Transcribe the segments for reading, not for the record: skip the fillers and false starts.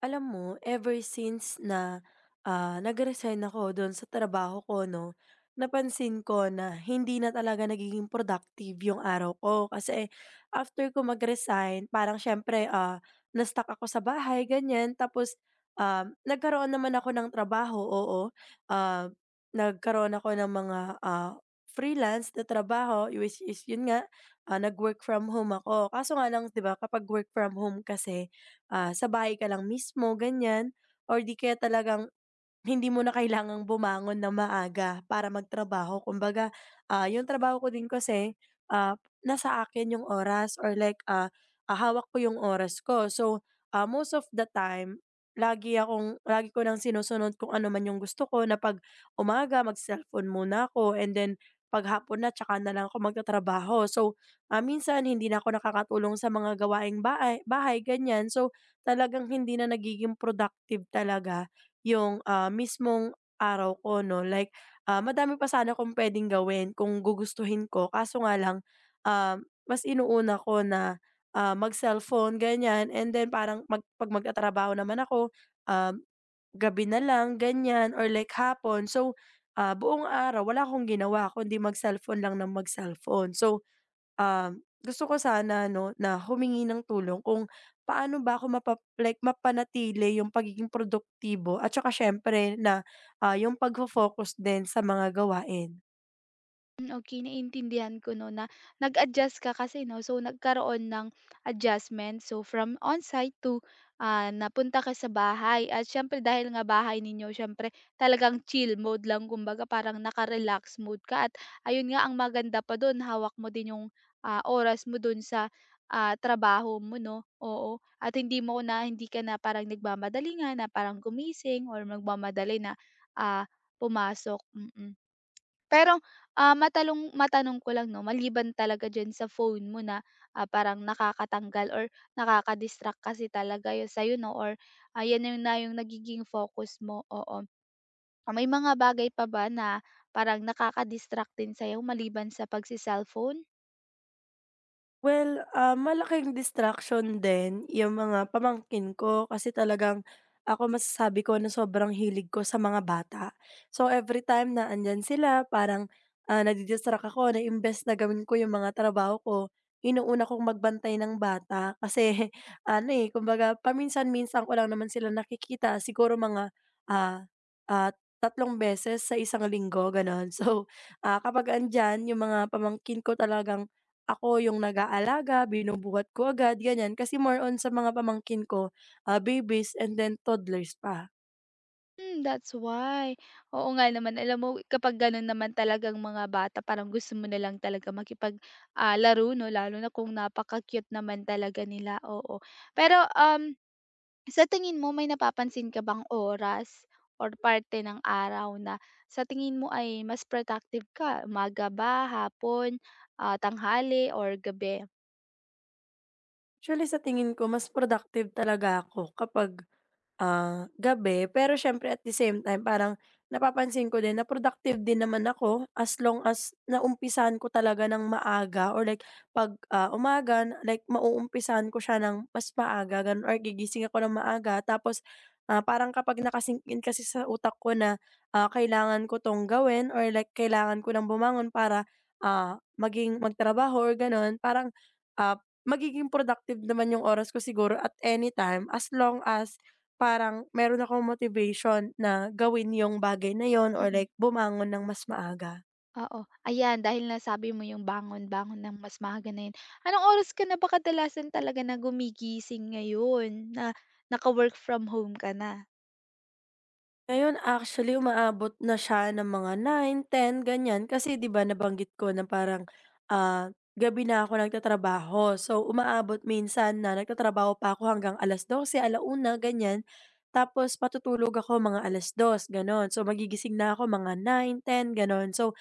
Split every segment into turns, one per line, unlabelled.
Alam mo, ever since na, nag-resign ako do'n sa trabaho ko 'no, napansin ko na hindi na talaga nagiging productive yung araw ko. Kasi after ko mag-resign parang siyempre, na-stuck ako sa bahay ganyan. Tapos, nagkaroon naman ako ng trabaho, oo. Ah, nagkaroon ako ng mga, freelance na trabaho which is yun nga, nag-work from home ako. Kaso nga lang 'di ba kapag work from home kasi, sa bahay ka lang mismo, ganyan or di kaya talagang hindi mo na kailangang bumangon ng maaga para magtrabaho kumbaga, yung trabaho ko din kasi, ah, nasa akin yung oras or like, hawak ko yung oras ko. So, most of the time lagi ko ng sinusunod kung ano man yung gusto ko na 'pag umaga mag-cellphone muna ako, and then 'pag hapon na tsaka na lang ako magtatrabaho. So, minsan hindi na ako nakakatulong sa mga gawaing bahay bahay, ganyan. So, talagang hindi na nagiging productive talaga. Yung, mismong araw ko 'no, like, madami pa sana kung puwedeng gawin kung gugustuhin ko, kaso nga lang, mas inuuna ko na, mag-cellphone ganyan, and then parang 'pag magtatrabaho naman ako, um, gabi na lang ganyan or like hapon. So, buong araw wala akong ginawa kundi mag-cellphone lang ng mag-cellphone. So, gusto ko sana 'no, na humingi ng tulong kung paano ba ako like mapanatili yung pagiging produktibo at saka siyempre na, yung pagfo-focus din sa mga gawain.
Hmm, okey naiintindihan ko 'no na nag-adjust ka kasi 'no, so nagkaroon ng adjustment. So from on-site to, napunta ka sa bahay at siyempre dahil nga bahay ninyo siyempre talagang chill mode lang kumbaga parang naka-relax mode ka at ayun nga ang maganda pa dun hawak mo din yung, oras mo dun sa, trabaho mo 'no, oo. At hindi ka na parang nagmamadali nga na parang gumising or nagmamadali na, ah, pumasok. Mm. Mm. Pero, matanong ko lang 'no, maliban talaga diyan sa phone mo na, parang nakakatanggal or nakaka-distract kasi talaga yun sa'yo 'no or ayan yun na yung nagiging focus mo, oo. May mga bagay pa ba na parang nakaka-distract din sa'yo maliban sa pagse-cellphone?
Well, malaking distraction din yung mga pamangkin ko kasi talagang ako, masasabi ko na sobrang hilig ko sa mga bata. So every time na andiyan sila parang, nadi ako na imbes na gawin ko yung mga trabaho ko, inuuna kong magbantay ng bata kasi ano, eh, kumbaga paminsan-minsan ko lang naman sila nakikita, siguro mga, ah, tatlong beses sa isang linggo gano'n. So, kapag andiyan yung mga pamangkin ko talagang ako yung nag-aalaga, binubuhat ko agad, ganyan. Kasi more on sa mga pamangkin ko, babies and then toddlers pa.
Hmm, that's why. Oo nga naman, alam mo kapag ganun naman talagang mga bata parang gusto mo na lang talaga makipag, laro 'no, lalo na kung napaka-cute naman talaga nila, oo. Pero, sa tingin mo may napapansin ka bang oras or parte ng araw na sa tingin mo ay mas productive ka, umaga ba, hapon, tanghali or gabi?
Actually sa tingin ko mas productive talaga ako kapag gabi, pero siyempre at the same time parang napapansin ko din na productive din naman ako as long as naumpisahan ko talaga ng maaga, or like 'pag, umaga like mauumpisan ko siya ng mas maaga gano'n, or gigising ako ng maaga tapos, parang kapag kasi sa utak ko na, kailangan ko 'tong gawin or like kailangan ko ng bumangon para, magtrabaho or gano'n, parang, ah, magiging productive naman yung oras ko siguro at anytime, as long as parang meron akong motivation na gawin yung bagay na yon or
Mm.
like bumangon ng mas maaga.
Oo, ayan dahil nasabi mo yung bangon-bangon ng mas maaga na yun. Anong oras ka na ba kadalasan talaga na gumigising ngayon na naka-work from home ka na?
Ngayon actually umaabot na siya ng mga 9, 10 ganyan, kasi 'di ba nabanggit ko na parang, ah, gabi na ako nagtatrabaho. So umaabot minsan na nagtatrabaho pa ako hanggang 12:00, 1:00 ganyan. Tapos patutulog ako mga alas dos gano'n. So magigising na ako mga 9, ten gano'n. So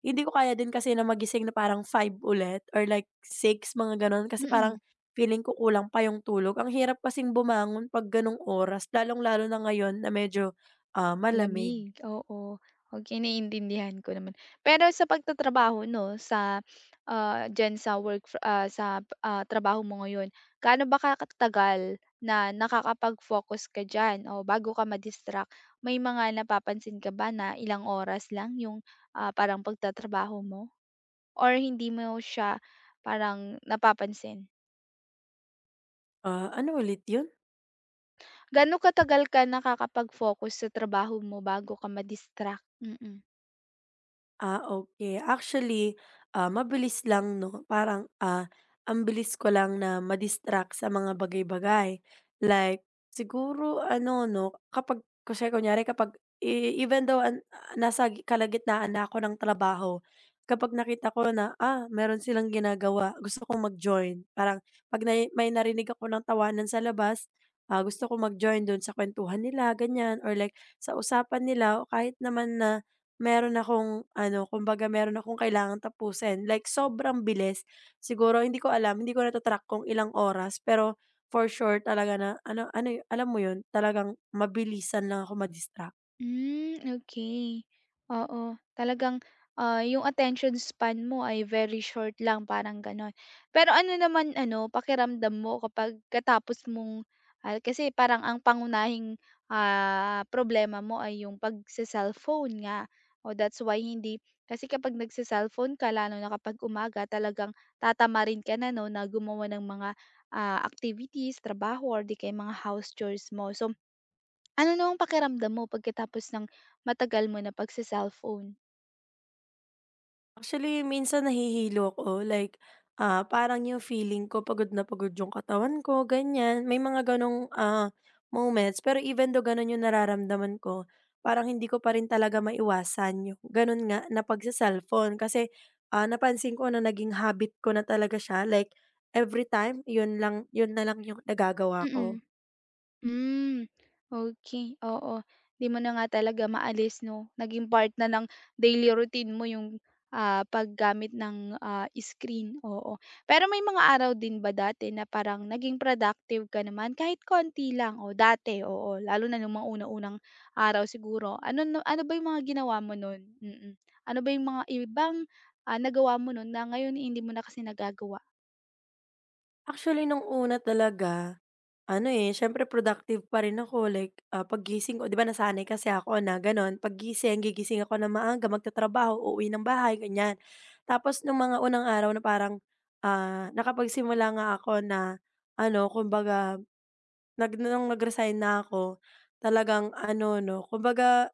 hindi ko kaya din kasi na magising na parang 5 ulit or like 6 mga gano'n, kasi
Mm.
parang feeling ko kulang pa yung tulog. Ang hirap kasing bumangon 'pag gano'ng oras, lalong-lalo na ngayon na medyo, malamig.
Malamig, oo. Okay, naiintindihan ko naman. Pero sa pagtatrabaho 'no, sa, diyan sa sa, trabaho mo ngayon, gaano ba ka na nakakapag-focus ka diyan o bago ka ma-distract? May mga napapansin ka ba na ilang oras lang yung, parang pagtatrabaho mo? Or hindi mo siya parang napapansin?
Ano ulit 'yun?
Gaano katagal ka nakakapag-focus sa trabaho mo bago ka ma-distract? Mm. Mm.
Okay. Actually, mabilis lang 'no, parang, ang bilis ko lang na sa mga bagay-bagay. Like siguro ano 'no, kapag kasi kunyari kapag even though nasa kalagitnaan na ako ng trabaho, kapag nakita ko na, meron silang ginagawa, gusto kong mag-join. Parang 'pag nai may narinig ako ng tawanan sa labas, gusto ko mag-join dun sa kuwentuhan nila, ganyan or like sa usapan nila, o kahit naman na meron akong ano, kumbaga meron akong kailangang tapusin, like sobrang bilis. Siguro hindi ko alam, hindi ko nata-track kung ilang oras, pero for sure talaga na ano ano alam mo 'yun, talagang mabilisan lang ako.
Hmm, okey. Oo, talagang, yung attention span mo ay very short lang, parang gano'n. Pero ano naman ano, pakiramdam mo kapag katapos mong kasi parang ang pangunahing, problema mo ay yung pagse-cellphone nga. O that's why hindi kasi kapag nagse-cellphone ka lalo na kapag umaga talagang tatamarin ka na 'no, na gumawa ng mga, activities, trabaho or di kaya mga house chores mo. So ano namang pakiramdam mo pagkatapos ng matagal mo na pagse-cellphone?
Actually, minsan nahihilo ako like, parang yung feeling ko pagod na pagod yung katawan ko, ganyan. May mga ganong, moments pero even though ganun yung nararamdaman ko, parang hindi ko pa rin talaga maiwasan yung ganon nga na pagse-cellphone kasi, napansin ko na naging habit ko na talaga siya, like every time yun na lang yung nagagawa
Mm.
ko.
Hmm, okey, oo. 'Di mo na nga talaga maalis 'no, naging part na ng daily routine mo yung, paggamit ng, screen, oo. Pero may mga araw din ba dati na parang naging productive ka naman kahit konti lang? O dati, oo, lalo na nung mga una-unang araw siguro. Ano no ano ba yung mga ginawa mo nun? Mm. Ano ba yung mga ibang, nagawa mo nun na ngayon hindi mo na kasi nagagawa?
Actually, nung una talaga, ano, eh, siyempre productive pa rin ako, like, paggising ko 'di ba nasanay kasi ako na gano'n, gigising ako ng maaga, magtatrabaho, uuwi ng bahay, ganyan. Tapos nung mga unang araw na parang, nakapagsimula nga ako na, ano, kumbaga, nung nag-resign na ako, talagang ano 'no, kumbaga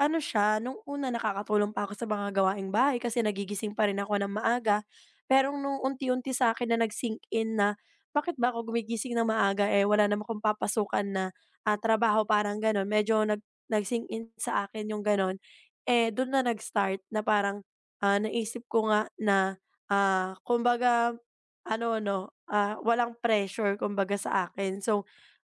ano siya, nung una nakakatulong pa ako sa mga gawaing bahay kasi nagigising pa rin ako ng maaga. Pero nung unti-unti sa'kin na nag-sink in na, bakit ba ako gumigising ng maaga, eh, wala naman akong papasukan na, trabaho parang gano'n. Medyo nag-sink in sa akin yung gano'n. Eh, do'n na nag-start na parang, naisip ko nga na, kumbaga ano 'no, walang pressure kumbaga sa akin. So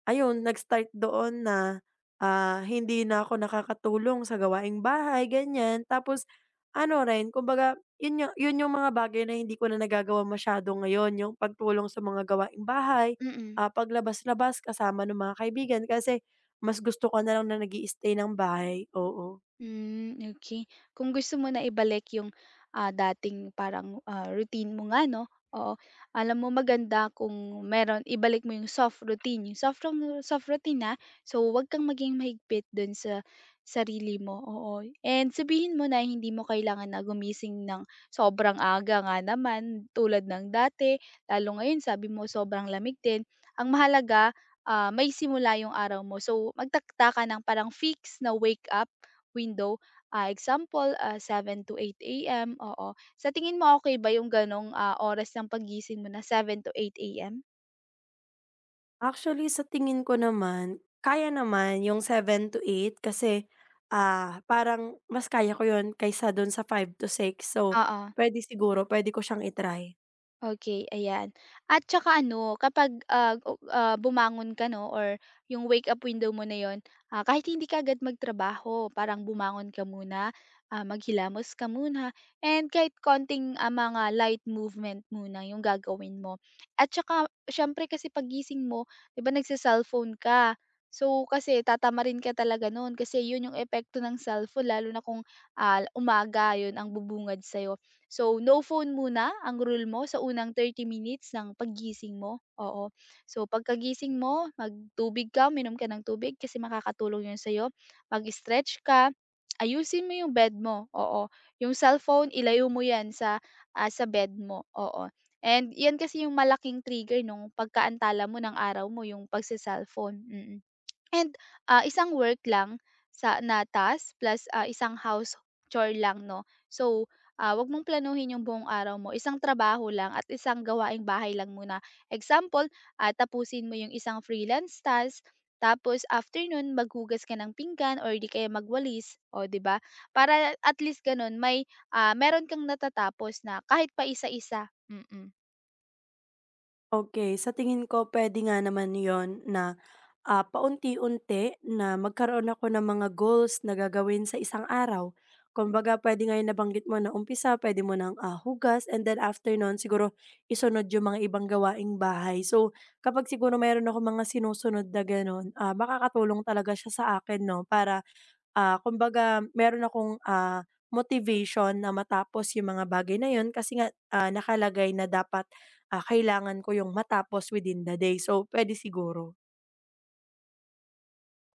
ayun, nag-start doon na, hindi na ako nakakatulong sa gawaing bahay, ganyan. Tapos ano rin, kumbaga yun yu yun yung mga bagay na hindi ko na nagagawa masyado ngayon, yung pagtulong sa mga gawaing bahay,
Mm.
paglabas-labas kasama ng mga kaibigan, kasi mas gusto ko na lang na nag stay ng bahay, oo.
Hmm, okay. Kung gusto mo na ibalik yung, dating parang, routine mo nga 'no, oo. Alam mo maganda kung meron ibalik mo yung soft routine, yung soft routine, na. So, 'wag kang maging mahigpit dun sa sarili mo, oo. And sabihin mo na hindi mo kailangan na gumising ng sobrang aga nga naman tulad ng dati, lalo ngayon sabi mo sobrang lamig din. Ang mahalaga, may simula yung araw mo. So, magtakta ka ng parang fix na wake up window, example, seven to 8 AM, oo. Sa tingin mo okay ba yung ganong, oras ng pagising mo na seven to 8 AM?
Actually, sa tingin ko naman, kaya naman yung 7 to 8 kasi, parang mas kaya ko yun kaysa dun sa 5 to 6. So,
Oo.
pwede siguro puwede ko siyang i-try.
Okay, ayan. At tsaka ano, kapag, o bumangon ka 'no or yung wake up window mo na yon, kahit hindi ka agad magtrabaho, parang bumangon ka muna, maghilamos ka muna, and kahit konting, mga light movement muna yung gagawin mo. At tsaka siyempre kasi pagising mo, 'di ba nagse-cellphone ka. So, kasi tatamarin ka talaga noon, kasi yun yung epekto ng cellphone lalo na kung, umaga yun ang bubungad sa'yo. So, no phone muna ang rule mo sa unang 30 minutes ng paggising mo, oo. So, pagkagising mo, magtubig ka, minom ka ng tubig kasi makakatulong 'yun sa'yo. Mag-stretch ka, ayusin mo 'yung bed mo, oo. 'Yung cellphone, ilayo mo 'yan sa, sa bed mo, oo. And 'yan kasi 'yung malaking trigger nung pagkaantala mo ng araw mo, 'yung pagse-cellphone. Mm. Mm. And, isang work lang na task plus, isang house chore lang 'no. So, 'wag mong planuhin yung buong araw mo, isang trabaho lang at isang gawaing bahay lang muna. Example, tapusin mo yung isang freelance task, tapos afternoon nun maghugas ka ng pinggan or di kaya magwalis, o 'di ba? Para at least ganun may, meron kang natatapos na kahit pa isa. Mm. Mm.
Okay, sa tingin ko puwede nga naman yun na, paunti-unti na magkaroon ako ng mga goals na gagawin sa isang araw. Kumbaga puwede nga yung nabanggit mo na umpisa, puwede mo ng, hugas, and then after no'n siguro isunod yung mga ibang gawaing bahay. So, kapag siguro mayroon ako mga sinusunod na gano'n, makakatulong talaga siya sa akin 'no, para, kumbaga meron akong, motivation na matapos yung mga bagay na yun, kasi nga, nakalagay na dapat, kailangan ko yung matapos within the day. So, puwede siguro.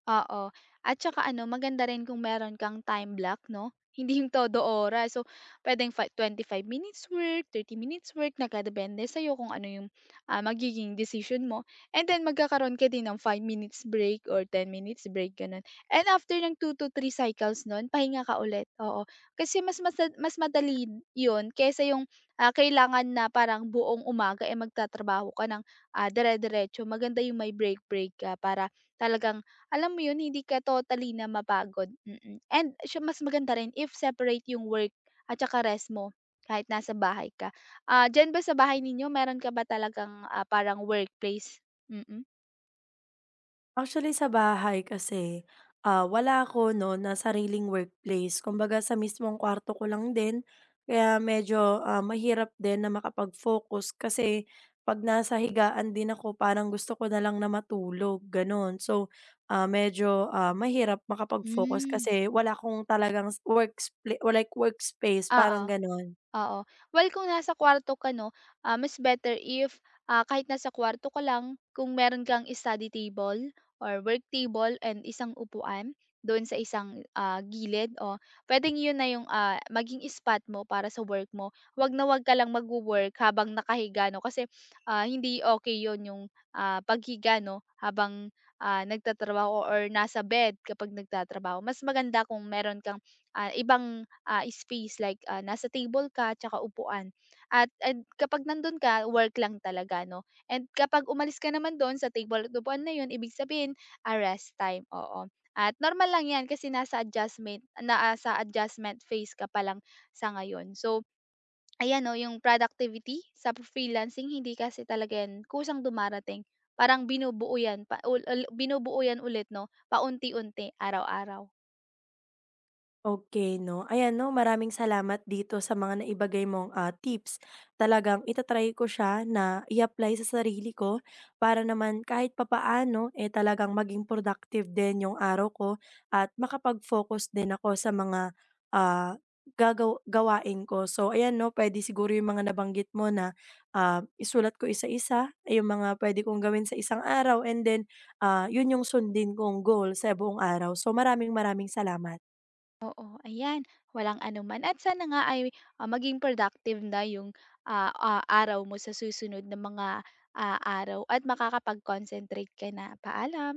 Oo. At saka ano, maganda rin kung meron kang time block 'no, hindi yung todo oras. So, puwedeng 5 minutes work, 30 minutes work, nakadepende sa'yo kung ano yung, magiging decision mo. And then magkakaroon ka din ng 5 minutes break or 10 minutes break, gano'n. And after ng 2 to 3 cycles no'n, pahinga ka ulit, oo. Kasi mas mas mas madali yun kaysa yung, kailangan na parang buong umaga, eh, magtatrabaho ka ng, dire-diretso. Maganda yung may break-break ka para talagang alam mo 'yun, hindi ka totally na mapagod. Mm. And siya mas maganda rin if separate yung work at saka rest mo kahit nasa bahay ka. Diyan ba sa bahay ninyo meron ka ba talagang, parang workplace? Mm-mm.
Actually sa bahay kasi, wala ako 'no na sariling workplace. Kumbaga sa mismong kwarto ko lang din, kaya medyo, mahirap din na makapag-focus kasi 'pag nasa higaan din ako, parang gusto ko na lang na matulog, gano'n. So, medyo, mahirap makapag-focus
Mm. Hmm.
kasi wala akong talagang works pla like workspace,
Oo.
parang gano'n.
Oo. Well, kung nasa kuwarto ka 'no, mas better if, kahit nasa kuwarto ka lang, kung meron kang study table or work table and isang upuan doon sa isang, gilid, o puwedeng 'yun na 'yung, maging spot mo para sa work mo. Wag na wag ka lang magwo-work habang nakahiga 'no, kasi, hindi okay 'yun 'yung, paghiga 'no, habang, nagtatrabaho or nasa bed kapag nagtatrabaho. Mas maganda kung meron kang, ibang space like, nasa table ka tsaka upuan at kapag nandun ka work lang talaga 'no. And kapag umalis ka naman dun sa table at upuan na yun ibig sabihin, rest time, oo. At normal lang 'yan kasi nasa adjustment phase ka pa lang sa ngayon. So, ayan 'no yung productivity sa freelancing hindi kasi talaga 'yan kusang dumarating. Parang binubuo 'yan pa ul ul binubuo 'yan ulit 'no, paunti-unti, araw-araw.
Okay, 'no. Ayan 'no, maraming salamat dito sa mga naibagay mong, tips. Talagang ita-try ko siya na i-apply sa sarili ko, para naman kahit papaano, eh, talagang maging productive din yung araw ko at makapag-focus din ako sa mga, ah, gawain ko. So ayan 'no, puwede siguro yung mga nabanggit mo na, isulat ko isa-isa yung mga puwede kong gawin sa isang araw, and then, yun yung sundin kong goal sa buong araw. So maraming maraming salamat.
Oo, ayan. Walang anuman at sana nga ay, maging productive na yung, araw mo sa susunod na mga, araw at makakapag-concentrate ka na. Paalam.